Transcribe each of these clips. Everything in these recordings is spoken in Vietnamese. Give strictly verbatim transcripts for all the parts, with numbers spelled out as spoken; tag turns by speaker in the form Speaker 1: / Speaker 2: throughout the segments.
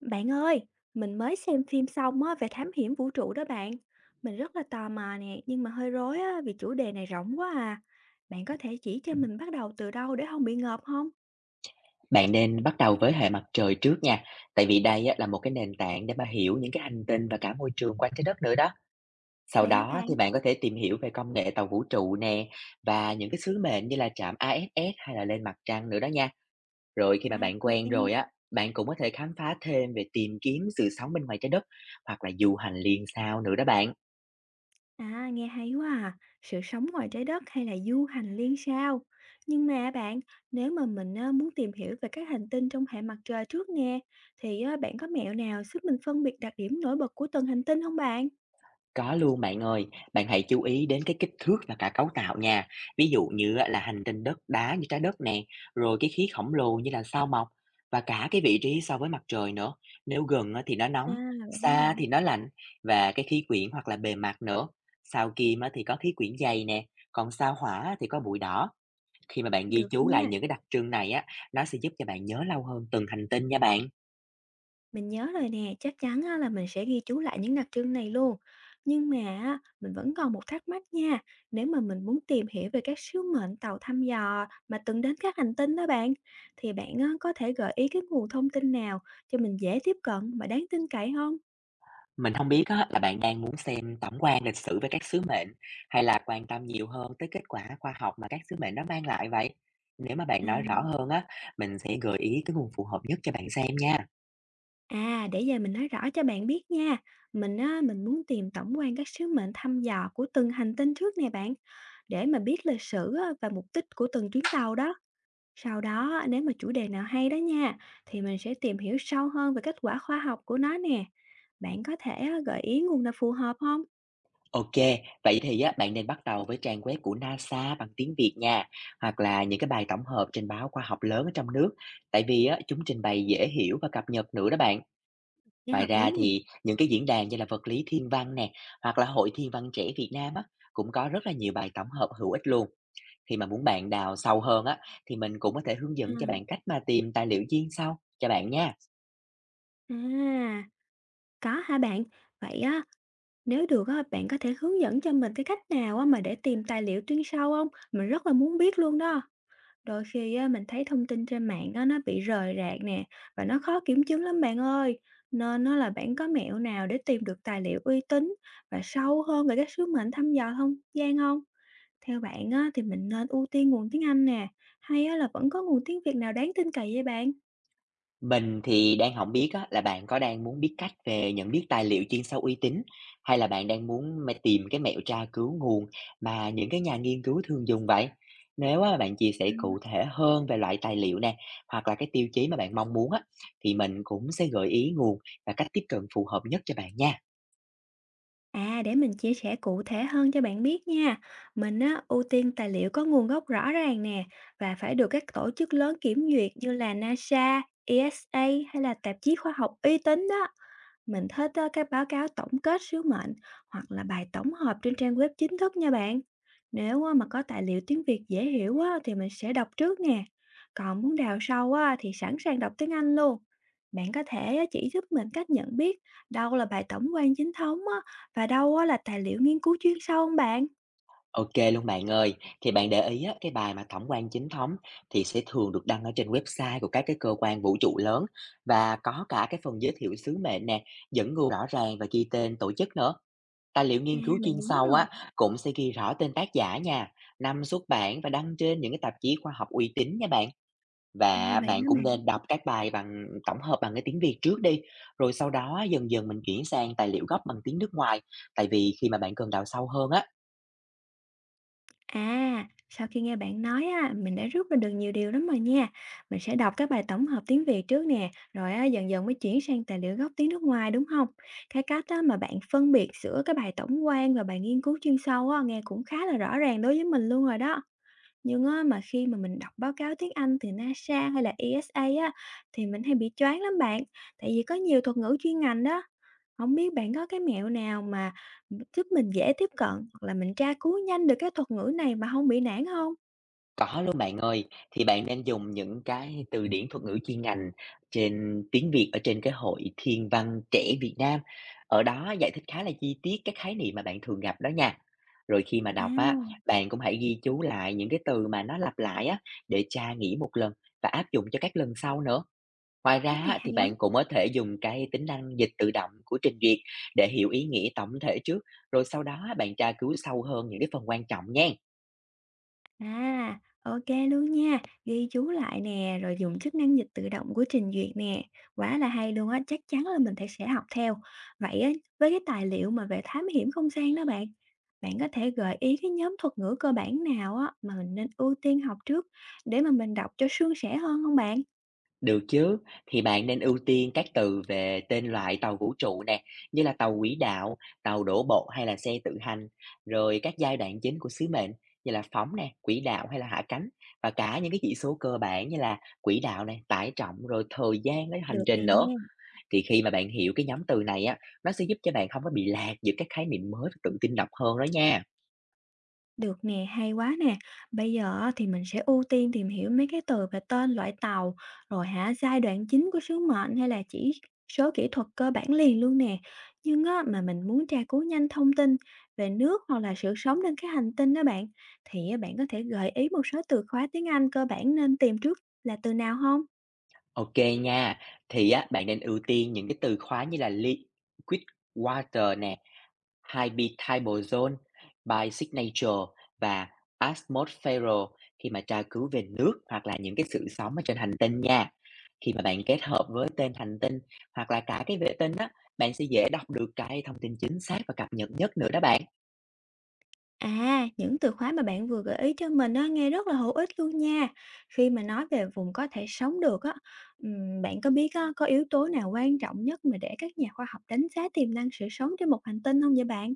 Speaker 1: Bạn ơi, mình mới xem phim xong á về thám hiểm vũ trụ đó bạn. Mình rất là tò mò nè, nhưng mà hơi rối á vì chủ đề này rộng quá à. Bạn có thể chỉ cho mình bắt đầu từ đâu để không bị ngợp không?
Speaker 2: Bạn nên bắt đầu với hệ mặt trời trước nha, tại vì đây á, là một cái nền tảng để mà hiểu những cái hành tinh và cả môi trường quanh trái đất nữa đó. Sau
Speaker 1: Vậy hả
Speaker 2: đó
Speaker 1: bạn?
Speaker 2: thì bạn có thể tìm hiểu về công nghệ tàu vũ trụ nè và những cái sứ mệnh như là trạm i ét ét hay là lên mặt trăng nữa đó nha. Rồi khi
Speaker 1: À,
Speaker 2: mà bạn
Speaker 1: ok.
Speaker 2: quen
Speaker 1: nha.
Speaker 2: rồi á, bạn cũng có thể khám phá thêm về tìm kiếm sự sống bên ngoài trái đất hoặc là du hành liên sao nữa đó bạn.
Speaker 1: À, nghe hay quá à. Sự sống ngoài trái đất hay là du hành liên sao? Nhưng mà bạn, nếu mà mình á, muốn tìm hiểu về các hành tinh trong hệ mặt trời trước nè, thì á, bạn có mẹo nào giúp mình phân biệt đặc điểm nổi bật của từng hành tinh không bạn?
Speaker 2: Có luôn bạn ơi, bạn hãy chú ý đến cái kích thước và cả cấu tạo nha. Ví dụ như á, là hành tinh đất đá như trái đất nè, rồi cái khí khổng lồ như là sao Mộc và cả cái vị trí so với mặt trời nữa. Nếu gần á, thì nó nóng,
Speaker 1: À, vậy hả
Speaker 2: xa
Speaker 1: bạn?
Speaker 2: thì nó lạnh và cái khí quyển hoặc là bề mặt nữa. Sao Kim á, thì có khí quyển dày nè, còn sao Hỏa á, thì có bụi đỏ. Khi mà bạn ghi
Speaker 1: Được
Speaker 2: chú lại
Speaker 1: nha.
Speaker 2: những cái đặc trưng này á, nó sẽ giúp cho bạn nhớ lâu hơn từng hành tinh nha bạn.
Speaker 1: Mình nhớ rồi nè, chắc chắn á là mình sẽ ghi chú lại những đặc trưng này luôn. Nhưng mà á, mình vẫn còn một thắc mắc nha. Nếu mà mình muốn tìm hiểu về các sứ mệnh tàu thăm dò mà từng đến các hành tinh đó bạn, thì bạn á, có thể gợi ý cái nguồn thông tin nào cho mình dễ tiếp cận mà đáng tin cậy không?
Speaker 2: Mình không biết á, là bạn đang muốn xem tổng quan lịch sử về các sứ mệnh, hay là quan tâm nhiều hơn tới kết quả khoa học mà các sứ mệnh nó mang lại vậy? Nếu mà
Speaker 1: À,
Speaker 2: bạn nói rõ hơn á, mình sẽ gợi ý cái nguồn phù hợp nhất cho bạn xem nha.
Speaker 1: à để giờ mình nói rõ cho bạn biết nha. Mình á, mình muốn tìm tổng quan các sứ mệnh thăm dò của từng hành tinh trước nè bạn, để mà biết lịch sử á, và mục đích của từng chuyến tàu đó. Sau đó, à, nếu mà chủ đề nào hay đó nha, thì mình sẽ tìm hiểu sâu hơn về kết quả khoa học của nó nè. Bạn có thể ờ, gợi ý nguồn nào phù hợp không?
Speaker 2: OK, vậy thì á, bạn nên bắt đầu với trang web của NASA bằng tiếng Việt nha, hoặc là những cái bài tổng hợp trên báo khoa học lớn ở trong nước, tại vì á, chúng trình bày dễ hiểu và cập nhật nữa đó bạn.
Speaker 1: Nghe
Speaker 2: Ngoài
Speaker 1: hợp
Speaker 2: ra
Speaker 1: lý nè.
Speaker 2: thì những cái diễn đàn như là Vật lý Thiên văn nè, hoặc là Hội Thiên văn trẻ Việt Nam á, cũng có rất là nhiều bài tổng hợp hữu ích luôn. Khi mà muốn bạn đào sâu hơn á, thì mình cũng có thể hướng
Speaker 1: À,
Speaker 2: dẫn cho bạn cách mà tìm tài liệu chuyên sâu cho bạn nha.
Speaker 1: À, có hả bạn? Vậy á, nếu được á, bạn có thể hướng dẫn cho mình cái cách nào á mà để tìm tài liệu chuyên sâu không? Mình rất là muốn biết luôn đó. Đôi khi á, mình thấy thông tin trên mạng á, nó bị rời rạc nè và nó khó kiểm chứng lắm bạn ơi. Nên nó là bạn có mẹo nào để tìm được tài liệu uy tín và sâu hơn về các sứ mệnh thăm dò không gian không? Theo bạn á, thì mình nên ưu tiên nguồn tiếng Anh nè hay á, là vẫn có nguồn tiếng Việt nào đáng tin cậy vậy bạn?
Speaker 2: Mình thì đang không biết á, là bạn có đang muốn biết cách về nhận biết tài liệu chuyên sâu uy tín, hay là bạn đang muốn mà tìm cái mẹo tra cứu nguồn mà những cái nhà nghiên cứu thường dùng vậy? Nếu á, bạn chia sẻ cụ thể hơn về loại tài liệu nè, hoặc là cái tiêu chí mà bạn mong muốn á, thì mình cũng sẽ gợi ý nguồn và cách tiếp cận phù hợp nhất cho bạn nha.
Speaker 1: À, để mình chia sẻ cụ thể hơn cho bạn biết nha. Mình á, ưu tiên tài liệu có nguồn gốc rõ ràng nè và phải được các tổ chức lớn kiểm duyệt như là na sa, e ét a hay là tạp chí khoa học uy tín đó. Mình thích ờ, các báo cáo tổng kết sứ mệnh hoặc là bài tổng hợp trên trang web chính thức nha bạn. Nếu ờ, mà có tài liệu tiếng Việt dễ hiểu á, thì mình sẽ đọc trước nè. Còn muốn đào sâu á, thì sẵn sàng đọc tiếng Anh luôn. Bạn có thể ờ, chỉ giúp mình cách nhận biết đâu là bài tổng quan chính thống á, và đâu á, là tài liệu nghiên cứu chuyên sâu không bạn?
Speaker 2: OK luôn bạn ơi. Thì bạn để ý á, cái bài mà tổng quan chính thống thì sẽ thường được đăng ở trên website của các cái cơ quan vũ trụ lớn và có cả cái phần giới thiệu sứ mệnh nè, dẫn nguồn rõ ràng và ghi tên tổ chức nữa. Tài liệu
Speaker 1: À,
Speaker 2: nghiên cứu
Speaker 1: mình
Speaker 2: chuyên
Speaker 1: nhớ
Speaker 2: sâu
Speaker 1: rồi.
Speaker 2: á, cũng sẽ ghi rõ tên tác giả nha, năm xuất bản và đăng trên những cái tạp chí khoa học uy tín nha bạn.
Speaker 1: À,
Speaker 2: Và
Speaker 1: vậy
Speaker 2: bạn
Speaker 1: hả
Speaker 2: cũng
Speaker 1: bạn?
Speaker 2: nên đọc các bài bằng tổng hợp bằng cái tiếng Việt trước đi, rồi sau đó á, dần dần mình chuyển sang tài liệu gốc bằng tiếng nước ngoài. Tại vì khi mà bạn cần đào sâu hơn á,
Speaker 1: À, sau khi nghe bạn nói á, mình đã rút ra được nhiều điều lắm rồi nha. Mình sẽ đọc các bài tổng hợp tiếng Việt trước nè, rồi á, dần dần mới chuyển sang tài liệu gốc tiếng nước ngoài đúng không? Cái cách á, mà bạn phân biệt giữa cái bài tổng quan và bài nghiên cứu chuyên sâu á, nghe cũng khá là rõ ràng đối với mình luôn rồi đó. Nhưng á, mà khi mà mình đọc báo cáo tiếng Anh từ na sa hay là e ét a á, thì mình hay bị choáng lắm bạn. Tại vì có nhiều thuật ngữ chuyên ngành đó, không biết bạn có cái mẹo nào mà giúp mình dễ tiếp cận hoặc là mình tra cứu nhanh được cái thuật ngữ này mà không bị nản không?
Speaker 2: có luôn bạn ơi, thì bạn nên dùng những cái từ điển thuật ngữ chuyên ngành trên tiếng Việt ở trên cái hội Thiên văn trẻ Việt Nam. Ở đó giải thích khá là chi tiết các khái niệm mà bạn thường gặp đó nha. Rồi khi mà
Speaker 1: À,
Speaker 2: đọc á, bạn cũng hãy ghi chú lại những cái từ mà nó lặp lại á, để tra nghĩ một lần và áp dụng cho các lần sau nữa. Ngoài ra
Speaker 1: cách này
Speaker 2: á,
Speaker 1: hay
Speaker 2: thì
Speaker 1: quá.
Speaker 2: bạn cũng có thể dùng cái tính năng dịch tự động của trình duyệt để hiểu ý nghĩa tổng thể trước, rồi sau đó á, bạn tra cứu sâu hơn những cái phần quan trọng nha.
Speaker 1: À, ok luôn nha, ghi chú lại nè, rồi dùng chức năng dịch tự động của trình duyệt nè, quá là hay luôn á, chắc chắn là mình phải sẽ học theo. Vậy á, với cái tài liệu mà về thám hiểm không gian đó bạn, bạn có thể gợi ý cái nhóm thuật ngữ cơ bản nào á mà mình nên ưu tiên học trước để mà mình đọc cho suôn sẻ hơn không bạn?
Speaker 2: Được chứ, thì bạn nên ưu tiên các từ về tên loại tàu vũ trụ nè, như là tàu quỹ đạo, tàu đổ bộ hay là xe tự hành, rồi các giai đoạn chính của sứ mệnh như là phóng nè, quỹ đạo hay là hạ cánh và cả những cái chỉ số cơ bản như là quỹ đạo này, tải trọng rồi thời gian lấy hành
Speaker 1: Được nè
Speaker 2: trình nữa.
Speaker 1: nha.
Speaker 2: Thì khi mà bạn hiểu cái nhóm từ này á, nó sẽ giúp cho bạn không có bị lạc giữa các khái niệm mới và tự tin đọc hơn đó nha.
Speaker 1: Được nè, hay quá nè. Bây giờ á, thì mình sẽ ưu tiên tìm hiểu mấy cái từ về tên loại tàu, rồi hả giai đoạn chính của sứ mệnh hay là chỉ số kỹ thuật cơ bản liền luôn nè. Nhưng á, mà mình muốn tra cứu nhanh thông tin về nước hoặc là sự sống trên cái hành tinh đó bạn, thì á, bạn có thể gợi ý một số từ khóa tiếng Anh cơ bản nên tìm trước là từ nào không?
Speaker 2: OK nha. Thì á, bạn nên ưu tiên những cái từ khóa như là liquid water nè, Hybidrobenzone, bisignature và atmosphero khi mà tra cứu về nước hoặc là những cái sự sống ở trên hành tinh nha. Khi mà bạn kết hợp với tên hành tinh hoặc là cả cái vệ tinh á, bạn sẽ dễ đọc được cái thông tin chính xác và cập nhật nhất nữa đó bạn.
Speaker 1: À, những từ khóa mà bạn vừa gợi ý cho mình á, nghe rất là hữu ích luôn nha. Khi mà nói về vùng có thể sống được á, ừm, bạn có biết á, có yếu tố nào quan trọng nhất mà để các nhà khoa học đánh giá tiềm năng sự sống trên một hành tinh không vậy bạn?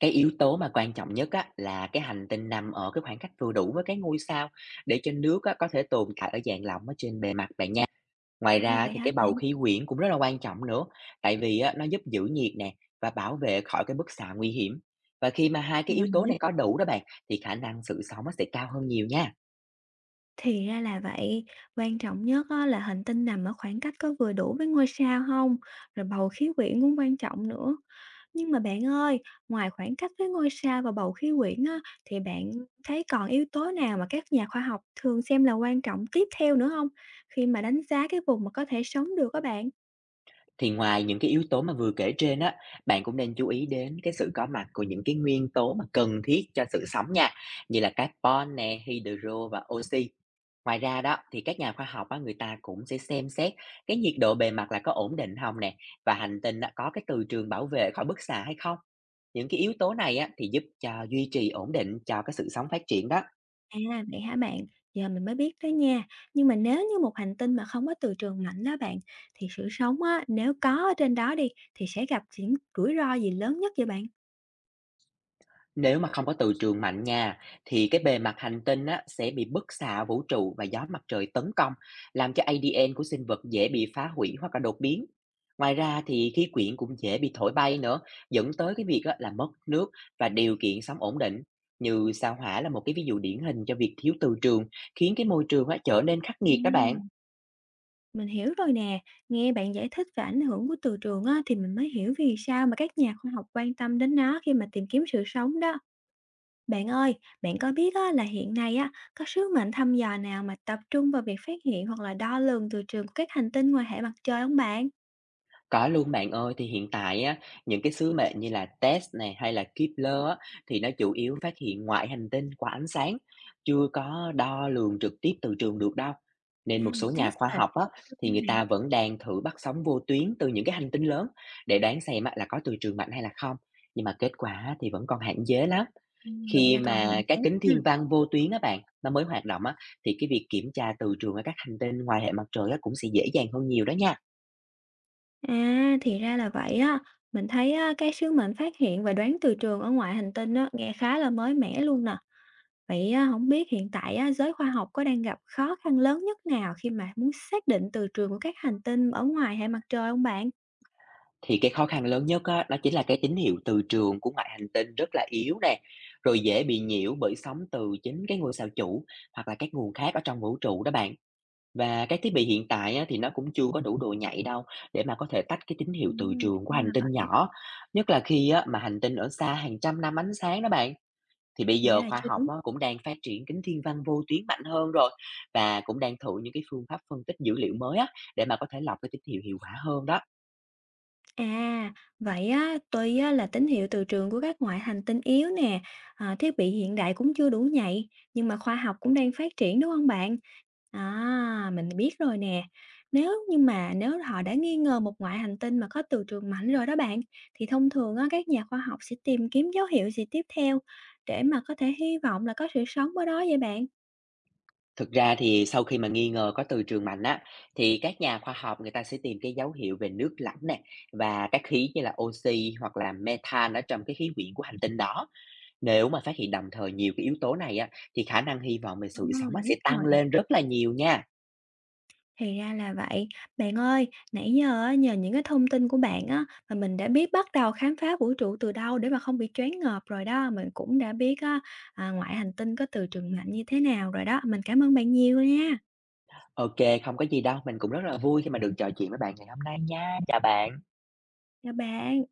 Speaker 2: Cái yếu tố mà quan trọng nhất á, là cái hành tinh nằm ở cái khoảng cách vừa đủ với cái ngôi sao để cho nước á, có thể tồn tại ở dạng lỏng ở trên bề mặt bạn nha. Ngoài
Speaker 1: À,
Speaker 2: ra
Speaker 1: vậy
Speaker 2: thì
Speaker 1: hả
Speaker 2: cái
Speaker 1: bạn?
Speaker 2: bầu khí quyển cũng rất là quan trọng nữa, tại vì á, nó giúp giữ nhiệt nè và bảo vệ khỏi cái bức xạ nguy hiểm. Và khi mà hai cái
Speaker 1: Giờ
Speaker 2: yếu
Speaker 1: mình
Speaker 2: tố
Speaker 1: mới
Speaker 2: này có đủ đó bạn, thì khả năng sự sống nó sẽ cao hơn nhiều nha.
Speaker 1: thì ra là vậy, quan trọng nhất á, là hành tinh nằm ở khoảng cách có vừa đủ với ngôi sao không. Rồi bầu khí quyển cũng quan trọng nữa. Nhưng mà bạn ơi, ngoài khoảng cách với ngôi sao và bầu khí quyển á, thì bạn thấy còn yếu tố nào mà các nhà khoa học thường xem là quan trọng tiếp theo nữa không, khi mà đánh giá cái vùng mà có thể sống được các bạn?
Speaker 2: Thì ngoài những cái yếu tố mà vừa kể trên á, bạn cũng nên chú ý đến cái sự có mặt của những cái nguyên tố mà cần thiết cho sự sống nha, như là carbon nè, hydro và oxy. Ngoài ra đó thì các nhà khoa học á, người ta cũng sẽ xem xét cái nhiệt độ bề mặt là có ổn định không nè, và hành tinh á, có cái từ trường bảo vệ khỏi bức xạ hay không. Những cái yếu tố này á, thì giúp cho duy trì ổn định cho cái sự sống phát triển đó.
Speaker 1: À, vậy hả bạn? Giờ mình mới biết đó nha. Nhưng mà nếu như một hành tinh mà không có từ trường mạnh đó bạn, thì sự sống á, nếu có ở trên đó đi, thì sẽ gặp những rủi ro gì lớn nhất vậy bạn?
Speaker 2: Nếu mà không có từ trường mạnh nha, thì cái bề mặt hành tinh á, sẽ bị bức xạ vũ trụ và gió mặt trời tấn công, làm cho a đê en của sinh vật dễ bị phá hủy hoặc là đột biến. Ngoài ra thì khí quyển cũng dễ bị thổi bay nữa, dẫn tới cái việc á, là mất nước và điều kiện sống ổn định. Như sao Hỏa là một cái ví dụ điển hình cho việc thiếu từ trường, khiến cái môi trường á, trở nên khắc nghiệt các bạn.
Speaker 1: Ừm, mình hiểu rồi nè. Nghe bạn giải thích về ảnh hưởng của từ trường á, thì mình mới hiểu vì sao mà các nhà khoa học quan tâm đến nó khi mà tìm kiếm sự sống đó. Bạn ơi, bạn có biết á, là hiện nay á, có sứ mệnh thăm dò nào mà tập trung vào việc phát hiện hoặc là đo lường từ trường của các hành tinh ngoài hệ mặt trời không bạn?
Speaker 2: Có luôn bạn ơi, thì hiện tại á, những cái sứ mệnh như là tét này hay là Kepler á, thì nó chủ yếu phát hiện ngoại hành tinh qua ánh sáng, chưa có đo lường trực tiếp từ trường được đâu.
Speaker 1: À,
Speaker 2: Nên một
Speaker 1: là
Speaker 2: số nhà
Speaker 1: test
Speaker 2: khoa
Speaker 1: và
Speaker 2: học á,
Speaker 1: các
Speaker 2: thì người
Speaker 1: bạn
Speaker 2: ta vẫn đang thử bắt sóng vô tuyến từ những cái hành tinh lớn để đoán xem á, là có từ trường mạnh hay là không. Nhưng mà kết quả á, thì vẫn còn hạn chế lắm.
Speaker 1: ừ, gọi
Speaker 2: Khi
Speaker 1: là còn hạn
Speaker 2: mà các
Speaker 1: chế.
Speaker 2: kính thiên
Speaker 1: Ha.
Speaker 2: văn vô tuyến á bạn, nó mới hoạt động á, thì cái việc kiểm tra từ trường ở các hành tinh ngoài hệ mặt trời á, cũng sẽ dễ dàng hơn nhiều đó nha.
Speaker 1: À, thì ra là vậy á. Mình thấy á, cái sứ mệnh phát hiện và đoán từ trường ở ngoại hành tinh á, nghe khá là mới mẻ luôn nè. Vậy á, hổng biết hiện tại á, giới khoa học có đang gặp khó khăn lớn nhất nào khi mà muốn xác định từ trường của các hành tinh ở ngoài hệ mặt trời hông bạn?
Speaker 2: Thì cái khó khăn lớn nhất á, đó chính là cái tín hiệu từ trường của ngoại hành tinh rất là yếu nè, rồi dễ bị nhiễu bởi sóng từ chính cái ngôi sao chủ hoặc là các nguồn khác ở trong vũ trụ đó bạn. Và cái thiết bị hiện tại á, thì nó cũng chưa có đủ độ nhạy đâu để mà có thể tách cái tín hiệu
Speaker 1: Ừm,
Speaker 2: từ
Speaker 1: thì
Speaker 2: trường của
Speaker 1: ra
Speaker 2: hành
Speaker 1: là
Speaker 2: tinh
Speaker 1: vậy.
Speaker 2: nhỏ. Nhất là khi á, mà hành tinh ở xa hàng trăm năm ánh sáng đó bạn. Thì bây
Speaker 1: Thì ra
Speaker 2: giờ
Speaker 1: là
Speaker 2: khoa
Speaker 1: chưa
Speaker 2: học
Speaker 1: đủ.
Speaker 2: á, cũng đang phát triển kính thiên văn vô tuyến mạnh hơn rồi và cũng đang thử những cái phương pháp phân tích dữ liệu mới á, để mà có thể lọc cái tín hiệu hiệu quả hơn đó.
Speaker 1: À, vậy á, tuy á, là tín hiệu từ trường của các ngoại hành tinh yếu nè, à, thiết bị hiện đại cũng chưa đủ nhạy, nhưng mà khoa học cũng đang phát triển đúng không bạn? À, mình biết rồi nè. Nếu nhưng mà nếu họ đã nghi ngờ một ngoại hành tinh mà có từ trường mạnh rồi đó bạn, thì thông thường á, các nhà khoa học sẽ tìm kiếm dấu hiệu gì tiếp theo để mà có thể hy vọng là có sự sống ở đó vậy bạn?
Speaker 2: Thực ra thì sau khi mà nghi ngờ có từ trường mạnh á, thì các nhà khoa học người ta sẽ tìm cái dấu hiệu về nước lạnh nè và các khí như là oxy hoặc là methane ở trong cái khí quyển của hành tinh đó. Nếu mà phát hiện đồng thời nhiều cái yếu tố này á, thì khả năng hy vọng về
Speaker 1: À,
Speaker 2: sự sống á,
Speaker 1: mình
Speaker 2: sẽ
Speaker 1: biết
Speaker 2: tăng
Speaker 1: rồi.
Speaker 2: lên rất là nhiều nha.
Speaker 1: Thì ra là vậy. Bạn ơi, nãy giờ á, nhờ những cái thông tin của bạn á, mà mình đã biết bắt đầu khám phá vũ trụ từ đâu để mà không bị choáng ngợp rồi đó. Mình cũng đã biết á, à, ngoại hành tinh có từ trường mạnh như thế nào rồi đó. Mình cảm ơn bạn nhiều nha.
Speaker 2: OK, không có gì đâu. Mình cũng rất là vui khi mà được trò chuyện với bạn ngày hôm nay nha. Chào bạn.
Speaker 1: Chào bạn.